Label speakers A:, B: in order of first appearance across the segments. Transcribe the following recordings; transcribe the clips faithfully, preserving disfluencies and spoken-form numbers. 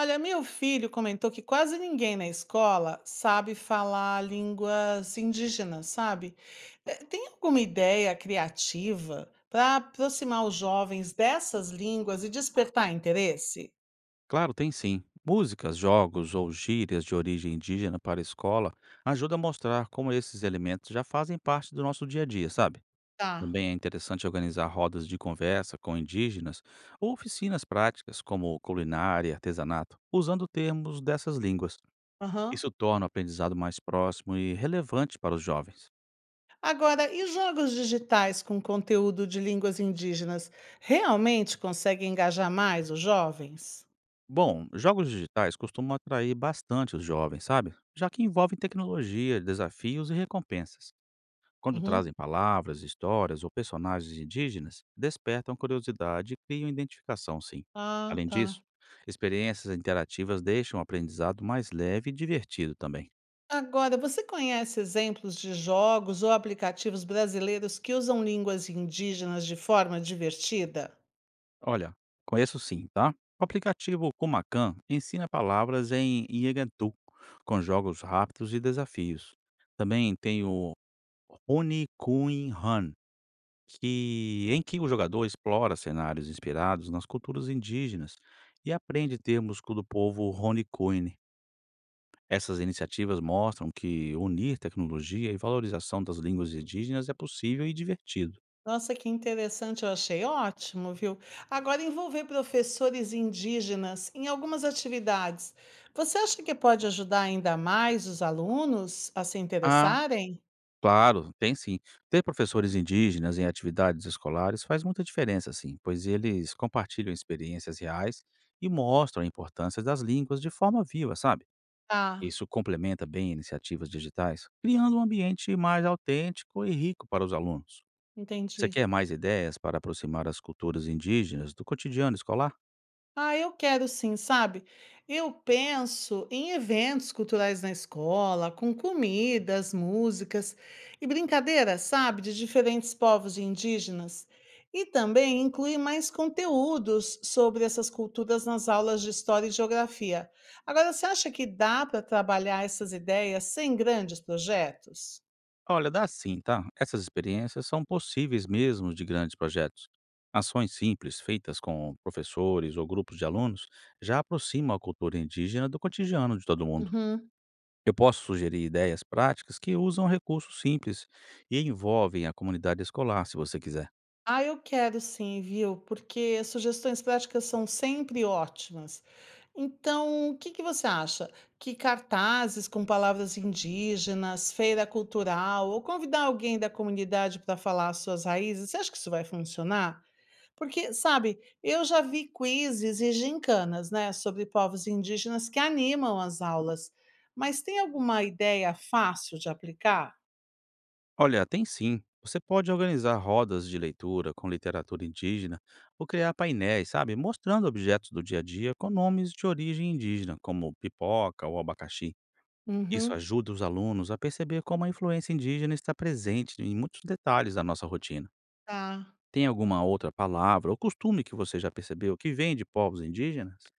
A: Olha, meu filho comentou que quase ninguém na escola sabe falar línguas indígenas, sabe? Eh, Tem alguma ideia criativa para aproximar os jovens dessas línguas e despertar interesse?
B: Claro, tem sim. Músicas, jogos ou gírias de origem indígena para a escola ajuda a mostrar como esses elementos já fazem parte do nosso dia a dia, sabe?
A: Tá.
B: Também é interessante organizar rodas de conversa com indígenas ou oficinas práticas como culinária e artesanato, usando termos dessas línguas.
A: Aham.
B: Isso torna o aprendizado mais próximo e relevante para os jovens.
A: Agora, e jogos digitais com conteúdo de línguas indígenas realmente conseguem engajar mais os jovens?
B: Bom, jogos digitais costumam atrair bastante os jovens, sabe? Já que envolvem tecnologia, desafios e recompensas. Quando trazem
A: Uhum.
B: palavras, histórias ou personagens indígenas, despertam curiosidade e criam identificação, sim.
A: Ah,
B: Além disso,
A: tá.
B: experiências interativas deixam o aprendizado mais leve e divertido também.
A: Agora, você conhece exemplos de jogos ou aplicativos brasileiros que usam línguas indígenas de forma divertida?
B: Olha, conheço sim, tá? O aplicativo Kumakan ensina palavras em Iegantu, com jogos rápidos e desafios. Também tem o Rony Kun Han, que em que o jogador explora cenários inspirados nas culturas indígenas e aprende termos co- do povo Ronicoine. Essas iniciativas mostram que unir tecnologia e valorização das línguas indígenas é possível e divertido.
A: Nossa, que interessante, eu achei ótimo, viu? Agora, envolver professores indígenas em algumas atividades, você acha que pode ajudar ainda mais os alunos a se
B: Ah,
A: interessarem?
B: claro, tem sim. Ter professores indígenas em atividades escolares faz muita diferença, sim, pois eles compartilham experiências reais e mostram a importância das línguas de forma viva, sabe?
A: Ah,
B: Isso complementa bem iniciativas digitais, criando um ambiente mais autêntico e rico para os alunos. Você
A: entendi.
B: quer mais ideias para aproximar as culturas indígenas do cotidiano escolar?
A: Ah, eu quero sim, sabe? Eu penso em eventos culturais na escola, com comidas, músicas e brincadeiras, sabe, de diferentes povos e indígenas. E também incluir mais conteúdos sobre essas culturas nas aulas de história e geografia. Agora, você acha que dá para trabalhar essas ideias sem grandes projetos?
B: Olha, dá sim, tá? Essas experiências são possíveis mesmo de grandes projetos. Ações simples feitas com professores ou grupos de alunos já aproximam a cultura indígena do cotidiano de todo mundo.
A: Uhum.
B: Eu posso sugerir ideias práticas que usam recursos simples e envolvem a comunidade escolar, se você quiser.
A: Ah, eu quero sim, viu? Porque sugestões práticas são sempre ótimas. Então, o que que você acha? Que cartazes com palavras indígenas, feira cultural, ou convidar alguém da comunidade para falar as suas raízes, você acha que isso vai funcionar? Porque, sabe, eu já vi quizzes e gincanas, né, sobre povos indígenas que animam as aulas. Mas tem alguma ideia fácil de aplicar?
B: Olha, tem sim. Você pode organizar rodas de leitura com literatura indígena ou criar painéis, sabe? Mostrando objetos do dia a dia com nomes de origem indígena, como pipoca ou abacaxi. Isso
A: Uhum,
B: ajuda os alunos a perceber como a influência indígena está presente em muitos detalhes da nossa rotina.
A: tá.
B: Tem alguma outra palavra ou costume que você já percebeu que vem de povos indígenas?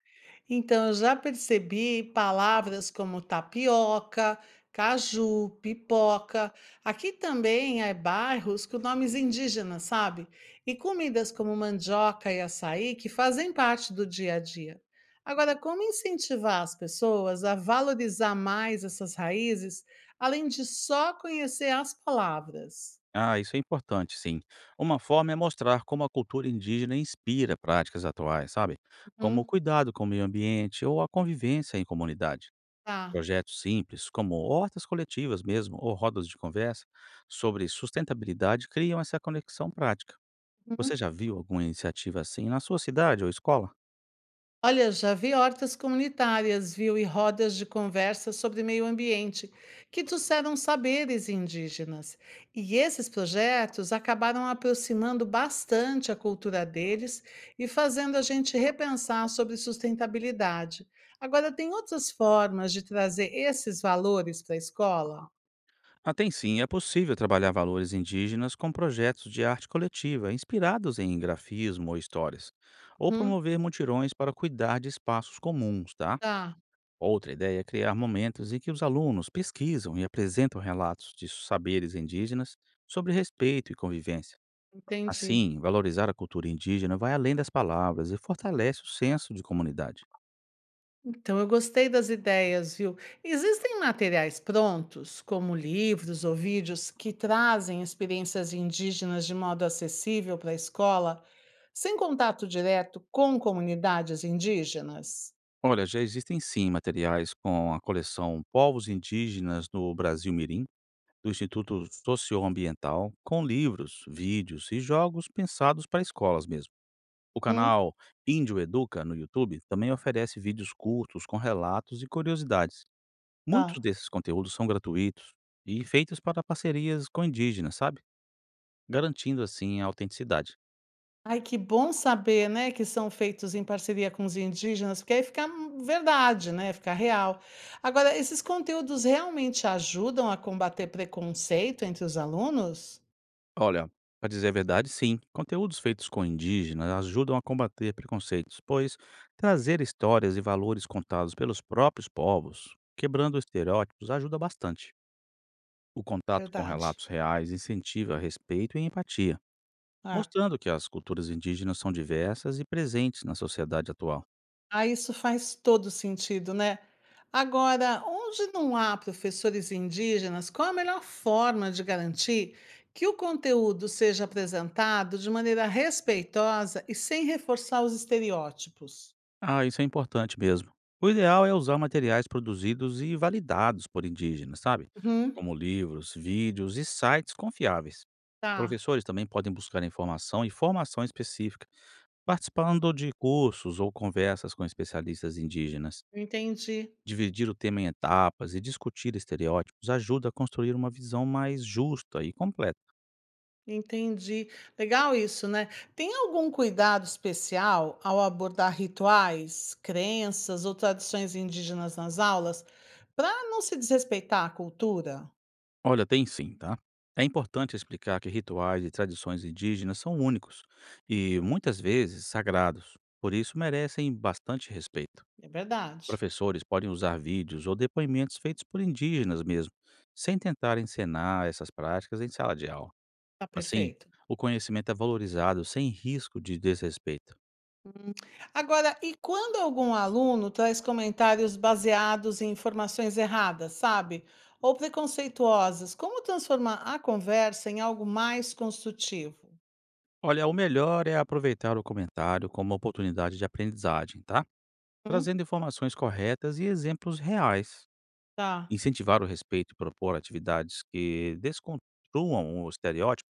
A: Então, eu já percebi palavras como tapioca, caju, pipoca. Aqui também há bairros com nomes indígenas, sabe? E comidas como mandioca e açaí que fazem parte do dia a dia. Agora, como incentivar as pessoas a valorizar mais essas raízes, além de só conhecer as palavras?
B: Ah, isso é importante, sim. Uma forma é mostrar como a cultura indígena inspira práticas atuais, sabe? Como o
A: Uhum,
B: cuidado com o meio ambiente ou a convivência em comunidade.
A: tá.
B: Projetos simples, como hortas coletivas mesmo, ou rodas de conversa sobre sustentabilidade, criam essa conexão prática. Você
A: Uhum.
B: já viu alguma iniciativa assim na sua cidade ou escola?
A: Olha, já vi hortas comunitárias, viu, e rodas de conversa sobre meio ambiente, que trouxeram saberes indígenas. E esses projetos acabaram aproximando bastante a cultura deles e fazendo a gente repensar sobre sustentabilidade. Agora, tem outras formas de trazer esses valores para a escola?
B: Ah, tem sim, é possível trabalhar valores indígenas com projetos de arte coletiva, inspirados em grafismo ou histórias, ou
A: Uhum,
B: promover mutirões para cuidar de espaços comuns, tá?
A: tá,
B: Outra ideia é criar momentos em que os alunos pesquisam e apresentam relatos de saberes indígenas sobre respeito e convivência.
A: entendi.
B: Assim, valorizar a cultura indígena vai além das palavras e fortalece o senso de comunidade.
A: Então, eu gostei das ideias, viu? Existem materiais prontos, como livros ou vídeos, que trazem experiências indígenas de modo acessível para a escola, sem contato direto com comunidades indígenas?
B: Olha, já existem sim materiais com a coleção Povos Indígenas no Brasil Mirim do Instituto Socioambiental, com livros, vídeos e jogos pensados para escolas mesmo. O
A: Uhum.
B: canal Índio Educa no YouTube também oferece vídeos curtos com relatos e curiosidades. Muitos
A: Tá.
B: desses conteúdos são gratuitos e feitos para parcerias com indígenas, sabe? Garantindo assim a autenticidade.
A: Ai, que bom saber, né, que são feitos em parceria com os indígenas, porque aí fica verdade, né, fica real. Agora, esses conteúdos realmente ajudam a combater preconceito entre os alunos?
B: Olha, para dizer a verdade, sim, conteúdos feitos com indígenas ajudam a combater preconceitos, pois trazer histórias e valores contados pelos próprios povos, quebrando estereótipos, ajuda bastante. O contato com
A: Verdade.
B: relatos reais incentiva respeito e empatia,
A: Ah.
B: mostrando que as culturas indígenas são diversas e presentes na sociedade atual.
A: Ah, isso faz todo sentido, né. Agora, onde não há professores indígenas, qual a melhor forma de garantir que o conteúdo seja apresentado de maneira respeitosa e sem reforçar os estereótipos?
B: Ah, isso é importante mesmo. O ideal é usar materiais produzidos e validados por indígenas, sabe?
A: Uhum,
B: Como livros, vídeos e sites confiáveis.
A: tá,
B: Professores também podem buscar informação e formação específica, participando de cursos ou conversas com especialistas indígenas.
A: entendi,
B: Dividir o tema em etapas e discutir estereótipos ajuda a construir uma visão mais justa e completa.
A: entendi. Legal isso, né. Tem algum cuidado especial ao abordar rituais, crenças ou tradições indígenas nas aulas, para não se desrespeitar a cultura?
B: Olha, tem sim, tá? É importante explicar que rituais e tradições indígenas são únicos e muitas vezes sagrados, por isso merecem bastante respeito.
A: É verdade.
B: Professores podem usar vídeos ou depoimentos feitos por indígenas mesmo, sem tentar encenar essas práticas em sala de aula.
A: Tá
B: Assim,
A: perfeito.
B: o conhecimento é valorizado sem risco de desrespeito.
A: Agora, e quando algum aluno traz comentários baseados em informações erradas, sabe? Ou preconceituosas, como transformar a conversa em algo mais construtivo?
B: Olha, o melhor é aproveitar o comentário como oportunidade de aprendizagem, tá?
A: Hum?
B: Trazendo informações corretas e exemplos reais.
A: Tá.
B: Incentivar o respeito e propor atividades que desconstruam o estereótipo,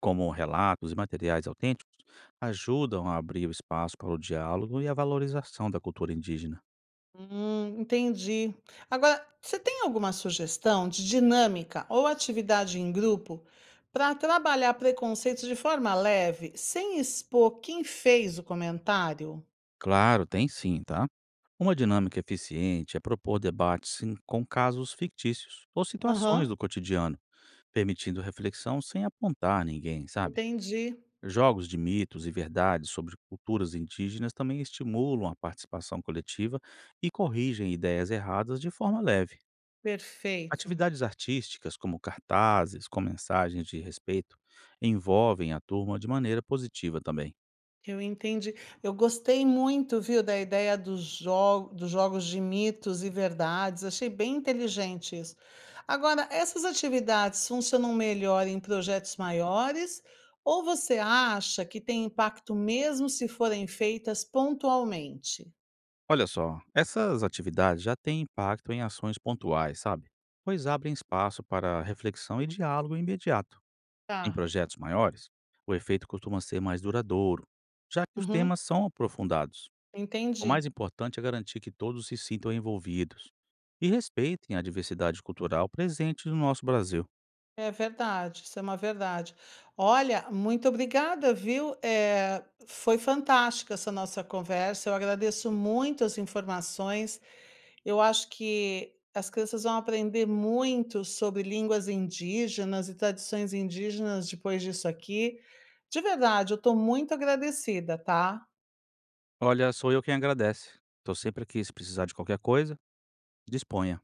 B: como relatos e materiais autênticos, ajudam a abrir o espaço para o diálogo e a valorização da cultura indígena.
A: Hum, entendi. Agora, você tem alguma sugestão de dinâmica ou atividade em grupo para trabalhar preconceitos de forma leve, sem expor quem fez o comentário?
B: Claro, tem sim, tá? Uma dinâmica eficiente é propor debates em- com casos fictícios ou
A: Aham,
B: situações do cotidiano, permitindo reflexão sem apontar ninguém, sabe?
A: entendi.
B: Jogos de mitos e verdades sobre culturas indígenas também estimulam a participação coletiva e corrigem ideias erradas de forma leve.
A: Perfeito.
B: Atividades artísticas, como cartazes com mensagens de respeito, envolvem a turma de maneira positiva também.
A: Eu entendi. Eu gostei muito, viu, da ideia dos jo dos jogos de mitos e verdades, achei bem inteligente isso. Agora, essas atividades funcionam melhor em projetos maiores ou você acha que tem impacto mesmo se forem feitas pontualmente?
B: Olha só, essas atividades já têm impacto em ações pontuais, sabe? Pois abrem espaço para reflexão e diálogo imediato. Em
A: Tá.
B: projetos maiores, o efeito costuma ser mais duradouro, já que os
A: Uhum,
B: temas são aprofundados. O
A: entendi.
B: mais importante é garantir que todos se sintam envolvidos e respeitem a diversidade cultural presente no nosso Brasil.
A: É verdade, isso é uma verdade. Olha, muito obrigada, viu? Eh, foi fantástica essa nossa conversa. Eu agradeço muito as informações. Eu acho que as crianças vão aprender muito sobre línguas indígenas e tradições indígenas depois disso aqui. De verdade, eu estou muito agradecida, tá?
B: Olha, sou eu quem agradece. Estou sempre aqui se precisar de qualquer coisa, disponha.